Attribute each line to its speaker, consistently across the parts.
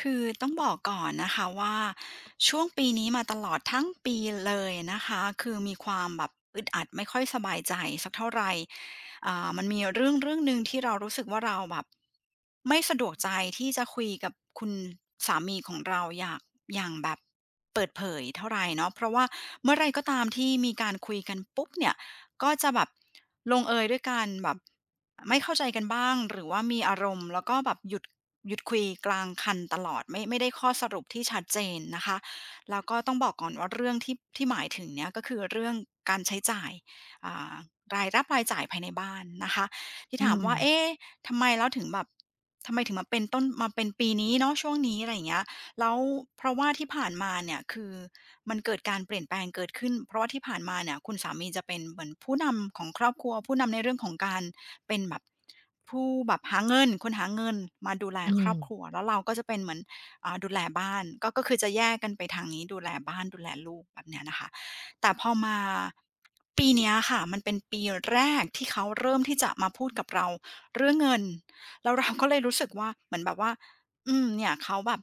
Speaker 1: คือต้องบอกก่อนนะคะว่าช่วงปีนี้มาตลอดทั้งปีเลยนะคะคือมีความแบบอึดอัดไม่ค่อยสบายใจสักเท่าไรมันมีเรื่องหนึ่งที่เรารู้สึกว่าเราแบบไม่สะดวกใจที่จะคุยกับคุณสามีของเราอยากอย่างแบบเปิดเผยเท่าไรเนาะเพราะว่าเมื่อไรก็ตามที่มีการคุยกันปุ๊บเนี่ยก็จะแบบลงเอยด้วยการแบบ ไม่เข้าใจกันบ้างหรือว่ามีอารมณ์แล้วก็แบบหยุดคุยกลางคันตลอดไม่ได้ข้อสรุปที่ชัดเจนนะคะแล้วก็ต้องบอกก่อนว่าเรื่องที่หมายถึงเนี่ยก็คือเรื่องการใช้จ่ายอ่ารายรับรายจ่ายภายในบ้านนะคะที่
Speaker 2: อื
Speaker 1: ถามว่าเอ๊ะ
Speaker 2: ม
Speaker 1: ทำไมแล้วถึงแบบทำไมถึงมาเป็นต้นมาเป็นปีนี้เนาะช่วงนี้อะไรอย่างเงี้ยแล้วเพราะว่าที่ผ่านมาเนี่ยคือมันเกิดการเปลี่ยนแปลงเกิดขึ้นเพราะว่าที่ผ่านมาเนี่ยคุณสามีจะเป็นเหมือนผู้นำของครอบครัวผู้นำในเรื่องของการ เป็นแบบผู้แบบหาเงินคนหาเงินมาดูแล
Speaker 2: อื
Speaker 1: ครอบค
Speaker 2: ม
Speaker 1: รัวแล้วเราก็จะเป็นเหมือนดูแลบ้านก็คือจะแยกกันไปทางนี้ดูแลบ้านดูแลลูกแบบเนี้ยนะคะแต่พอมาปีเนี้ยค่ะมันเป็นปีแรกที่เขาเริ่มที่จะมาพูดกับเราเรื่องเงินแล้วเราก็เลยรู้สึกว่าเหมือนแบบว่าอืมเนี่ยเขาแบบ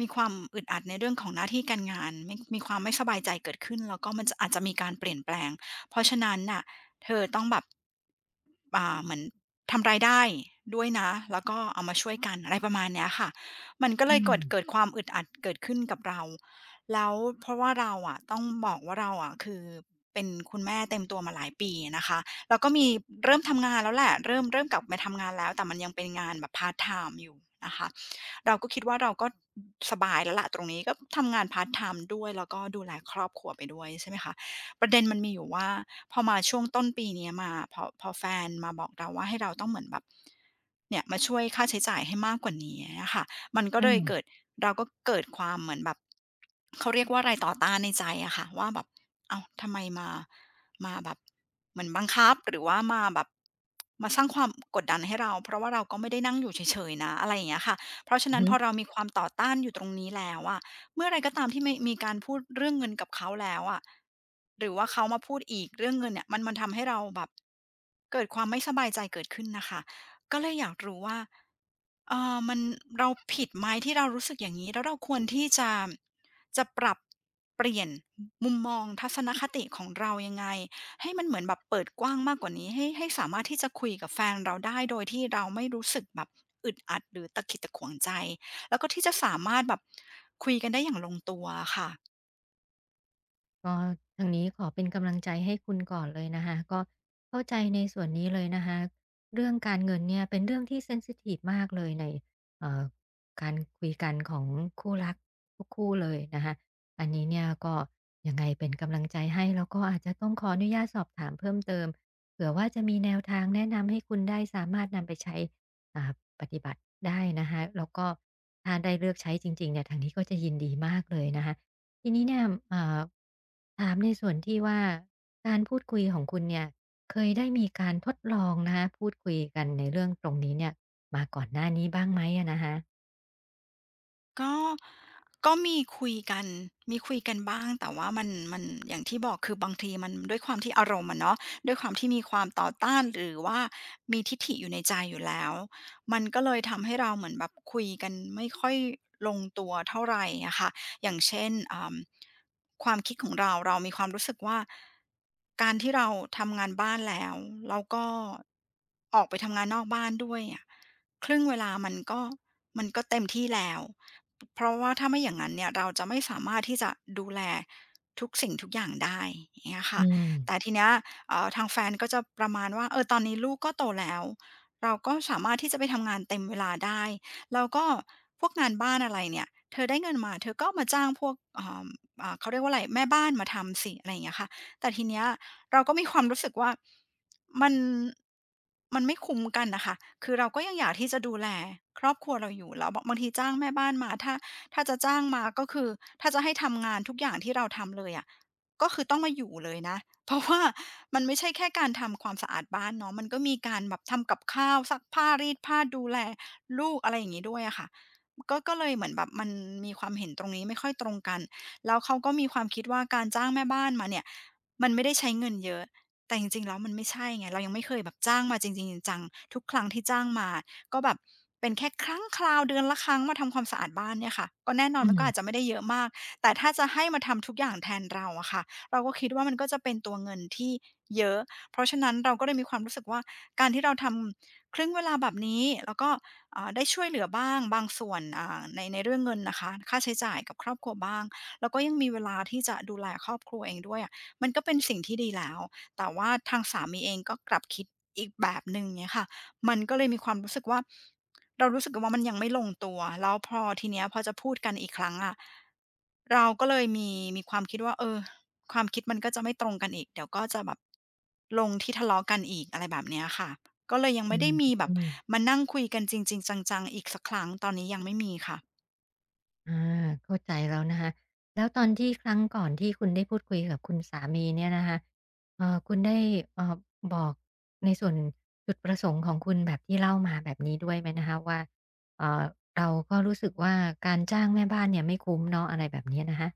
Speaker 1: มีความอึดอัดในเรื่องของหน้าที่การงานมีความไม่สบายใจเกิดขึ้นแล้วก็มันจะอาจจะมีการเปลี่ยนแปลงเพราะฉะนั้นน่ะ เธอต้องแบบเหมือนทำรายได้ด้วยนะ แล้วก็เอามาช่วยกันอะไรประมาณเนี้ยค่ะมันก็
Speaker 2: อื
Speaker 1: เลยเกิดเกิ
Speaker 2: ม
Speaker 1: ดความอึดอัดเกิดขึ้นกับเรา แล้วเพราะว่าเราอะต้องบอกว่าเราอะคือเป็นคุณแม่เต็มตัวมาหลายปีอะนะคะแล้วก็มีเริ่มทำงานแล้วแหละเริ่มกลับมาทำงานแล้ว แต่มันยังเป็นงานแบบพาร์ตไทม์อยู่นะคะเราก็คิดว่าเราก็สบายแล้วล่ะตรงนี้ก็ทำงานพาร์ตไทม์ด้วยแล้วก็ดูแลครอบครัวไปด้วยใช่ไหมคะประเด็นมันมีอยู่ว่า พอมาช่วงต้นปีเนี้ยมาพอแฟนมาบอกเราว่าให้เราต้องเหมือนแบบเนี่ยมาช่วยค่าใช้จ่ายให้มากกว่านี้อะค่ะมันก็เลย
Speaker 2: อา
Speaker 1: เกิดเราก็เกิดความเหมือนแบบเขาเรียกว่าอะไรต่อต้านในใจอะค่ะว่าแบบอ้าวทำไมมามาแบบเหมือนบังคับหรือว่ามาแบบมาสร้างความกดดันให้เราเพราะว่าเราก็ไม่ได้นั่งอยู่เฉยๆนะอะไรอย่างเงี้ยค่ะเพราะฉะ
Speaker 2: อือ
Speaker 1: นั้น
Speaker 2: ฮึ
Speaker 1: พอเรามีความต่อต้านอยู่ตรงนี้แล้วอะ เมื่อไรก็ตามที่มีการพูดเรื่องเงินกับเขาแล้วอะหรือว่าเขามาพูดอีกเรื่องเงินเนี่ยมันทำให้เราแบบเกิดความไม่สบายใจเกิดขึ้นนะคะก็เลยอยากรู้ว่ามันเราผิดไหมที่เรารู้สึกอย่างนี้แล้วเราควรที่จะจะปรับเปลี่ยนมุมมองทัศนคติของเรายังไงให้มันเหมือนแบบเปิดกว้างมากกว่านี้ให้ให้สามารถที่จะคุยกับแฟนเราได้โดยที่เราไม่รู้สึกแบบอึดอัดหรือตะขิดตะขวงใจ แล้วก็ที่จะสามารถแบบคุยกันได้อย่างลงตัวอะค่ะ
Speaker 2: ก็ทางนี้ขอเป็นกำลังใจให้คุณก่อนเลยนะคะก็เข้าใจในส่วนนี้เลยนะคะเรื่องการเงินเนี่ยเป็นเรื่องที่เซนซิทีฟมากเลยในเอ่อการคุยกันของคู่รักทุกคู่เลยนะคะอันนี้เนี่ยก็ยังไงเป็นกำลังใจให้แล้วก็อาจจะต้องขออนุญาตสอบถามเพิ่มเติมเผื่อว่าจะมีแนวทางแนะนำให้คุณได้สามารถนำไปใช้อ่าปฏิบัติได้นะคะแล้วก็ถ้าได้เลือกใช้จริงๆเนี่ยทางนี้ก็จะยินดีมากเลยนะคะ ทีนี้เนี่ยเอ่อถามในส่วนที่ว่าการพูดคุยของคุณเนี่ยเคยได้มีการทดลองนะคะพูดคุยกันในเรื่องตรงนี้เนี่ยมาก่อนหน้านี้บ้างไหมอะนะคะ
Speaker 1: ก็ก็มีคุยกันมีคุยกันบ้างแต่ว่ามันอย่างที่บอกคือบางทีมันด้วยความที่อารมณ์อะเนาะด้วยความที่มีความต่อต้านหรือว่ามีทิฐิอยู่ในใจอยู่แล้วมันก็เลยทำให้เราเหมือนแบบคุยกันไม่ค่อยลงตัวเท่าไรอะค่ะอย่างเช่นความคิดของเราเรามีความรู้สึกว่าการที่เราทำงานบ้านแล้วแล้วก็ออกไปทำงานนอกบ้านด้วยอะครึ่งเวลามันก็เต็มที่แล้ว เพราะว่าถ้าไม่อย่างนั้นเนี่ยเราจะไม่สามารถที่จะดูแลทุกสิ่งทุกอย่างได้อย่างเงี้ย
Speaker 2: อื
Speaker 1: ค่ะ
Speaker 2: ม
Speaker 1: แต่ทีเนี้ยทางแฟนก็จะประมาณว่าเออตอนนี้ลูกก็โตแล้วเราก็สามารถที่จะไปทำงานเต็มเวลาได้แล้วก็พวกงานบ้านอะไรเนี่ยเธอได้เงินมาเธอก็มาจ้างพวกเขาเรียกว่าอะไรแม่บ้านมาทำสิอะไรอย่างเงี้ยค่ะแต่ทีเนี้ย เราก็มีความรู้สึกว่ามันมันไม่คุ้มกันน่ะค่ะคือเราก็ยังอยากที่จะดูแลครอบครัวเราอยู่แล้วบบางทีจ้างแม่บ้านมาถ้าจะจ้างมาก็คือถ้าจะให้ทำงานทุกอย่างที่เราทำเลยอะก็คือต้องมาอยู่เลยนะ เพราะว่ามันไม่ใช่แค่การทำความสะอาดบ้านเนาะมันก็มีการแบบทำกับข้าวซักผ้ารีดผ้าดูแลลูกอะไรอย่างงี้ด้วยอะค่ะก็เลยเหมือนแบบมันมีความเห็นตรงนี้ไม่ค่อยตรงกันแล้วเขาก็มีความคิดว่าการจ้างแม่บ้านมาเนี่ย มันไม่ได้ใช้เงินเยอะ แต่จริงๆแล้วมันไม่ใช่ไงเรายังไม่เคยแบบจ้างมาจริงๆจังๆทุกครั้งที่จ้างมาก็แบบเป็นแค่ครั้งคราวเดือนละครั้งมาทำความสะอาดบ้านเนี่ยค่ะก็แน่นอ
Speaker 2: อื
Speaker 1: นมันก็อา
Speaker 2: ม
Speaker 1: จจะไม่ได้เยอะมาก แต่ถ้าจะให้มาทำทุกอย่างแทนเราอะค่ะเราก็คิดว่ามันก็จะเป็นตัวเงินที่เยอะเพราะฉะนั้นเราก็เลยมีความรู้สึกว่าการที่เราทำครึ่งเวลาแบบนี้แล้วก็ได้ช่วยเหลือบ้างบางส่วนอ่าในเรื่องเงินนะคะค่าใช้จ่ายกับครอบครัวบ้างแล้วก็ยังมีเวลาที่จะดูแลครอบครัวเองด้วย มันก็เป็นสิ่งที่ดีแล้ว แต่ว่าทางสามีเองก็กลับคิดอีกแบบหนึ่งเงี้ยค่ะ มันก็เลยมีความรู้สึกว่า เรารู้สึกว่ามันยังไม่ลงตัว แล้วพอทีเนี้ยพอจะพูดกันอีกครั้งอะเราก็เลยมีความคิดว่าเออความคิดมันก็จะไม่ตรงกันอีก เดี๋ยวก็จะแบบลงที่ทะเลาะกันอีกอะไรแบบเนี้ยค่ะ ก็เลยยัง
Speaker 2: อื
Speaker 1: ไม่ได้
Speaker 2: ม
Speaker 1: มีแบ
Speaker 2: อื
Speaker 1: บ
Speaker 2: ม
Speaker 1: มานั่งคุยกันจริงๆจังๆอีกสักครั้งตอนนี้ยังไม่มีค่ะ
Speaker 2: อาเข้าใจแล้วนะคะแล้วตอนที่ครั้งก่อนที่คุณได้พูดคุยกับคุณสามีเนี่ยนะคะคุณได้เอ่อบอกในส่วนจุดประสงค์ของคุณแบบที่เล่ามาแบบนี้ด้วยไหมนะคะว่าเอ่อเราก็รู้สึกว่าการจ้างแม่บ้านเนี่ยไม่คุ้มเนาะอะไรแบบเนี้ยนะคะ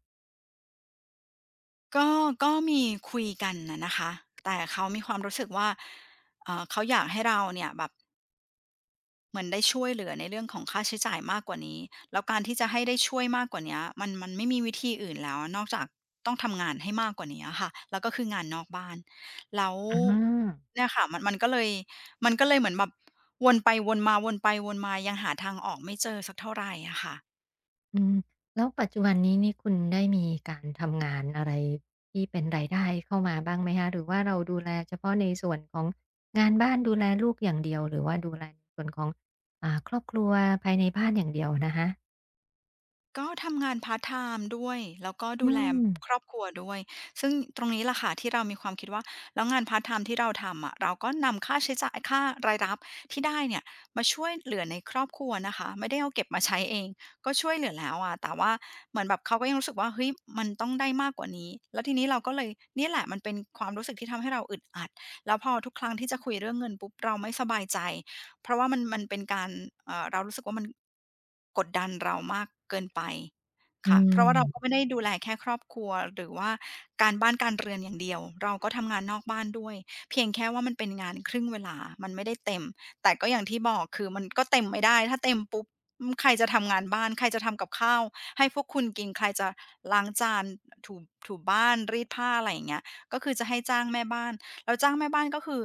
Speaker 1: ก็ก็มีคุยกันน่ะนะคะแต่เขามีความรู้สึกว่าเขาอยากให้เราเนี่ยแบบเหมือนได้ช่วยเหลือในเรื่องของค่าใช้จ่ายมากกว่านี้แล้วการที่จะให้ได้ช่วยมากกว่าเนี้ยมันไม่มีวิธีอื่นแล้วนอกจากต้องทำงานให้มากกว่านี้อะค่ะแล้วก็คืองานนอกบ้านแล้ว
Speaker 2: อา
Speaker 1: เนี่ยค่ะมันก็เลยมันก็เลยเหมือนแบบวนไปวนมาวนไปวนมายังหาทางออกไม่เจอสักเท่าไรอะค่ะ
Speaker 2: อืมแล้วปัจจุบันนี้นี่คุณได้มีการทำงานอะไรที่เป็นรายได้เข้ามาบ้างไหมคะหรือว่าเราดูแลเฉพาะในส่วนของงานบ้านดูแลลูกอย่างเดียวหรือว่าดูแลในส่วนของครอบครัวภายในบ้านอย่างเดียวนะคะ
Speaker 1: ก็ทำงานพาร์ตไทม์ด้วยแล้วก็
Speaker 2: อื
Speaker 1: ดูแล
Speaker 2: ม
Speaker 1: ครอบครัวด้วยซึ่งตรงนี้ล่ะค่ะที่เรามีความคิดว่าแล้วงานพาร์ตไทม์ที่เราทำอะเราก็นำค่าใช้จ่ายค่ารายรับที่ได้เนี่ยมาช่วยเหลือในครอบครัวนะคะไม่ได้เอาเก็บมาใช้เองก็ช่วยเหลือแล้วอะแต่ว่าเหมือนแบบเขาก็ยังรู้สึกว่าเฮ้ยมันต้องได้มากกว่านี้แล้วทีนี้เราก็เลยเนี่ยแหละมันเป็นความรู้สึกที่ทำให้เราอึดอัดแล้วพอทุกครั้งที่จะคุยเรื่องเงินปุ๊บเราไม่สบายใจ เพราะว่ามันเป็นการเรารู้สึกว่ามันกดดันเรามากเกินไป
Speaker 2: อื
Speaker 1: ค่ะเพราะว่าเราก็
Speaker 2: ม
Speaker 1: ไม่ได้ดูแลแค่ครอบครัวหรือว่าการบ้านการเรือนอย่างเดียวเราก็ทำงานนอกบ้านด้วยเพียงแค่ว่ามันเป็นงานครึ่งเวลามันไม่ได้เต็มแต่ก็อย่างที่บอกคือมันก็เต็มไม่ได้ถ้าเต็มปุ๊บอืมใครจะทำงานบ้านใครจะทำกับข้าวให้พวกคุณกินใครจะล้างจานถูบ้านรีดผ้าอะไรอย่างเงี้ยก็คือจะให้จ้างแม่บ้านแล้วจ้างแม่บ้านก็คือ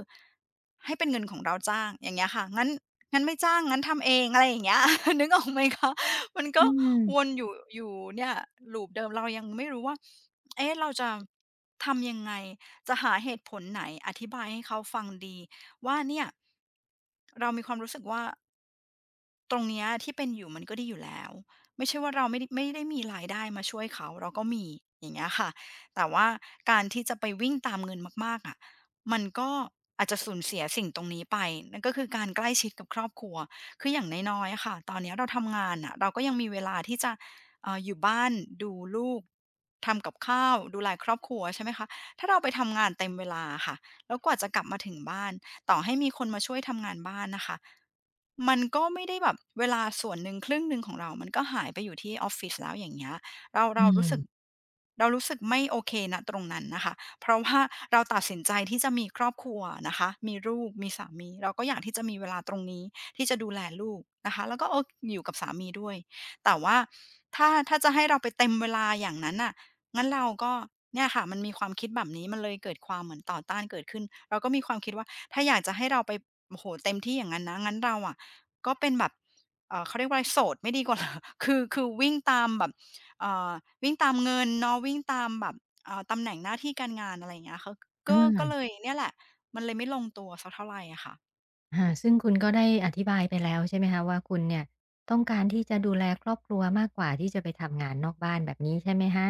Speaker 1: ให้เป็นเงินของเราจ้างอย่างเงี้ยค่ะ งั้นไม่จ้างงั้นทำเองอะไรอย่างเงี้ย นึกออกไหมคะมัน
Speaker 2: อื
Speaker 1: ก็
Speaker 2: ม
Speaker 1: วนอยู่เนี่ย loop เดิมเรายังไม่รู้ว่าเอ๊ะเราจะทำยังไงจะหาเหตุผลไหนอธิบายให้เขาฟังดีว่าเนี่ยเรามีความรู้สึกว่า ตรงเนี้ยที่เป็นอยู่มันก็ดีอยู่แล้วไม่ใช่ว่าเราไม่ได้มีรายได้มาช่วยเขาเราก็มีอย่างเงี้ยค่ะแต่ว่าการที่จะไปวิ่งตามเงินมากๆอะมันก็อาจจะสูญเสียสิ่งตรงนี้ไปนั่นก็คือการใกล้ชิดกับครอบครัวคืออย่างน้อยๆอะค่ะตอนเนี้ยเราทำงานน่ะเราก็ยังมีเวลาที่จะอยู่บ้านดูลูกทำกับข้าวดูแลครอบครัวใช่ไหมคะถ้าเราไปทำงานเต็มเวลาอะค่ะแล้วกว่าจะกลับมาถึงบ้าน ต่อให้มีคนมาช่วยทำงานบ้านนะคะ มันก็ไม่ได้แบบเวลาส่วนหนึ่งครึ่งหนึ่งของเรา มันก็หายไปอยู่ที่ออฟฟิศแล้วอย่างเงี้ยเรา
Speaker 2: อื
Speaker 1: เรารู้
Speaker 2: ม
Speaker 1: สึกเรารู้สึกไม่โอเคณตรงนั้นน่ะค่ะเพราะว่าเราตัดสินใจที่จะมีครอบครัวนะคะมีลูกมีสามีเราก็อยากที่จะมีเวลาตรงนี้ที่จะดูแลลูกนะคะแล้วก็อยู่กับสามีด้วย แต่ว่าถ้าจะให้เราไปเต็มเวลาอย่างนั้นน่ะงั้นเราก็เนี่ยค่ะมันมีความคิดแบบนี้มันเลยเกิดความเหมือนต่อต้านเกิดขึ้นเราก็มีความคิดว่า ถ้าอยากจะให้เราไปโอ้โหเต็มที่อย่างงั้นนะงั้นเราอะก็เป็นแบบเขาเรียกว่าอะไรโสดไม่ดีกว่า เหรอ คือวิ่งตามแบบเอ่อวิ่งตามเงินเนาะวิ่งตามแบบตำแหน่งหน้าที่การงานอะไรอย่างเงี้ยเขาก็
Speaker 2: อา
Speaker 1: ก็เลยเนี่ยแหละมันเลยไม่ลงตัวสักเท่าไหรอะค่ะ
Speaker 2: ค่ะซึ่งคุณก็ได้อธิบายไปแล้วใช่ไหมคะว่าคุณเนี่ยต้องการที่จะดูแลครอบครัวมากกว่าที่จะไปทำงานนอกบ้านแบบนี้ใช่ไหมคะ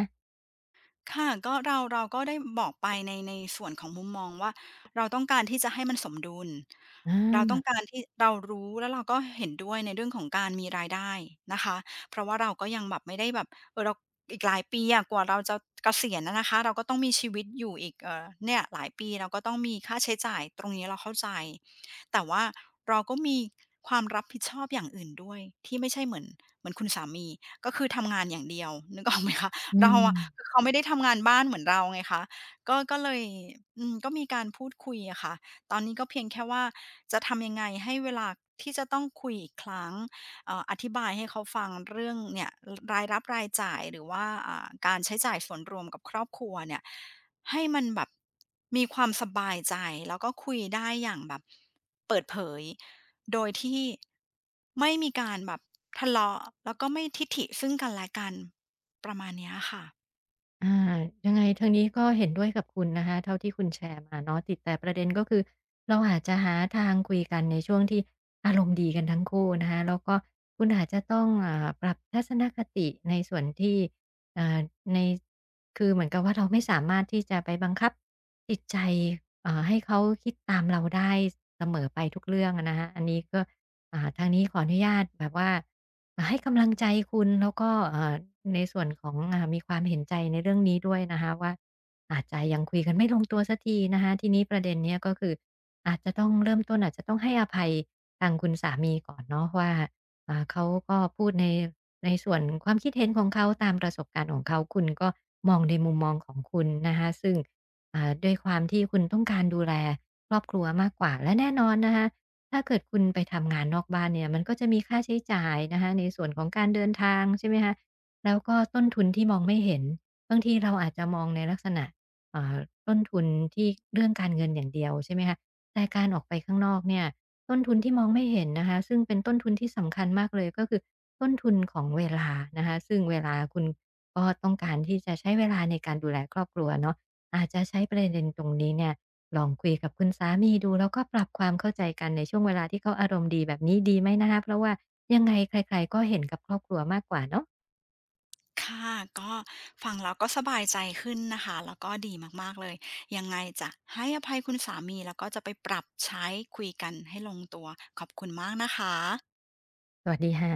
Speaker 1: ค่ะก็เราก็ได้บอกไปในส่วนของมุมมองว่าเราต้องการที่จะให้มันสมดุล
Speaker 2: อ
Speaker 1: เราต้อง
Speaker 2: า
Speaker 1: การที่เรารู้แล้วเราก็เห็นด้วยในเรื่องของการมีรายได้นะคะเพราะว่าเราก็ยังแบบไม่ได้แบบเราอีกหลายปีอะกว่าเราจะเกษียณอะนะคะเราก็ต้องมีชีวิตอยู่อีกเนี่ยหลายปีเราก็ต้องมีค่าใช้จ่ายตรงนี้เราเข้าใจแต่ว่าเราก็มีความรับผิดชอบอย่างอื่นด้วยที่ไม่ใช่เหมือนคุณสามีก็คือทำงานอย่างเดียวนึกออกไหมคะ
Speaker 2: อื
Speaker 1: เรา
Speaker 2: ม
Speaker 1: อะคือเขาไม่ได้ทำงานบ้านเหมือนเราไงคะก็เลยก็มีการพูดคุยอะค่ะตอนนี้ก็เพียงแค่ว่าจะทำยังไงให้เวลาที่จะต้องคุยอีกครั้งอธิบายให้เขาฟังเรื่องเนี่ยรรายรับรายจ่ายหรือว่าการใช้จ่ายส่วนรวมกับครอบครัวเนี่ยให้มันแบบมีความสบายใจแล้วก็คุยได้อย่างแบบเปิดเผยโดยที่ไม่มีการแบบทะเลาะแล้วก็ไม่ทิฐิซึ่งกันและกัน ประมาณเนี้ยค่ะ
Speaker 2: อายังไงทางนี้ก็เห็นด้วยกับคุณนะคะเท่าที่คุณแชร์มาเนาะติดแต่ประเด็นก็คือเราอาจจะหาทางคุยกันในช่วงที่อารมณ์ดีกันทั้งคู่นะคะแล้วก็คุณอาจจะต้องปรับทัศนคติในส่วนที่อ่าในคือเหมือนกับว่าเราไม่สามารถที่จะไปบังคับจิตใจให้เขาคิดตามเราได้เสมอไปทุกเรื่องอะนะคะอันนี้ก็ทางนี้ขออนุญาตแบบว่า ให้กำลังใจคุณแล้วก็ในส่วนของมีความเห็นใจในเรื่องนี้ด้วยนะคะว่าอาจจะยังคุยกันไม่ลงตัวสักทีนะคะทีนี้ประเด็นเนี้ยก็คืออาจจะต้องเริ่มต้นอาจจะต้องให้อภัยทางคุณสามีก่อนเนาะว่าเขาก็พูดในในส่วนความคิดเห็นของเขาตามประสบการณ์ของเขาคุณก็มองในมุมมองของคุณนะคะซึ่งด้วยความที่คุณต้องการดูแลครอบครัวมากกว่าและแน่นอนนะคะ ถ้าเกิดคุณไปทำงานนอกบ้านเนี่ยมันก็จะมีค่าใช้จ่ายนะคะในส่วนของการเดินทางใช่ไหมคะแล้วก็ต้นทุนที่มองไม่เห็นบางทีเราอาจจะมองในลักษณะอ่าต้นทุนที่เรื่องการเงินอย่างเดียวใช่ไหมคะแต่การออกไปข้างนอกเนี่ยต้นทุนที่มองไม่เห็นนะคะซึ่งเป็นต้นทุนที่สำคัญมากเลยก็คือต้นทุนของเวลานะคะซึ่งเวลาคุณก็ต้องการที่จะใช้เวลาในการดูแลครอบครัวเนาะอาจจะใช้ประเด็นตรงนี้เนี่ย ลองคุยกับคุณสามีดูแล้วก็ปรับความเข้าใจกันในช่วงเวลาที่เขาอารมณ์ดีแบบนี้ดีไหมนะคะเพราะว่ายังไงใครๆก็เห็นกับครอบครัวมากกว่าเนาะ
Speaker 1: ค่ะก็ฟังแล้วก็สบายใจขึ้นนะคะ แล้วก็ดีมากๆเลย ยังไงจะให้อภัยคุณสามีแล้วก็จะไปปรับใช้คุยกันให้ลงตัว ขอบคุณมากนะคะ
Speaker 2: สวัสดีค่ะ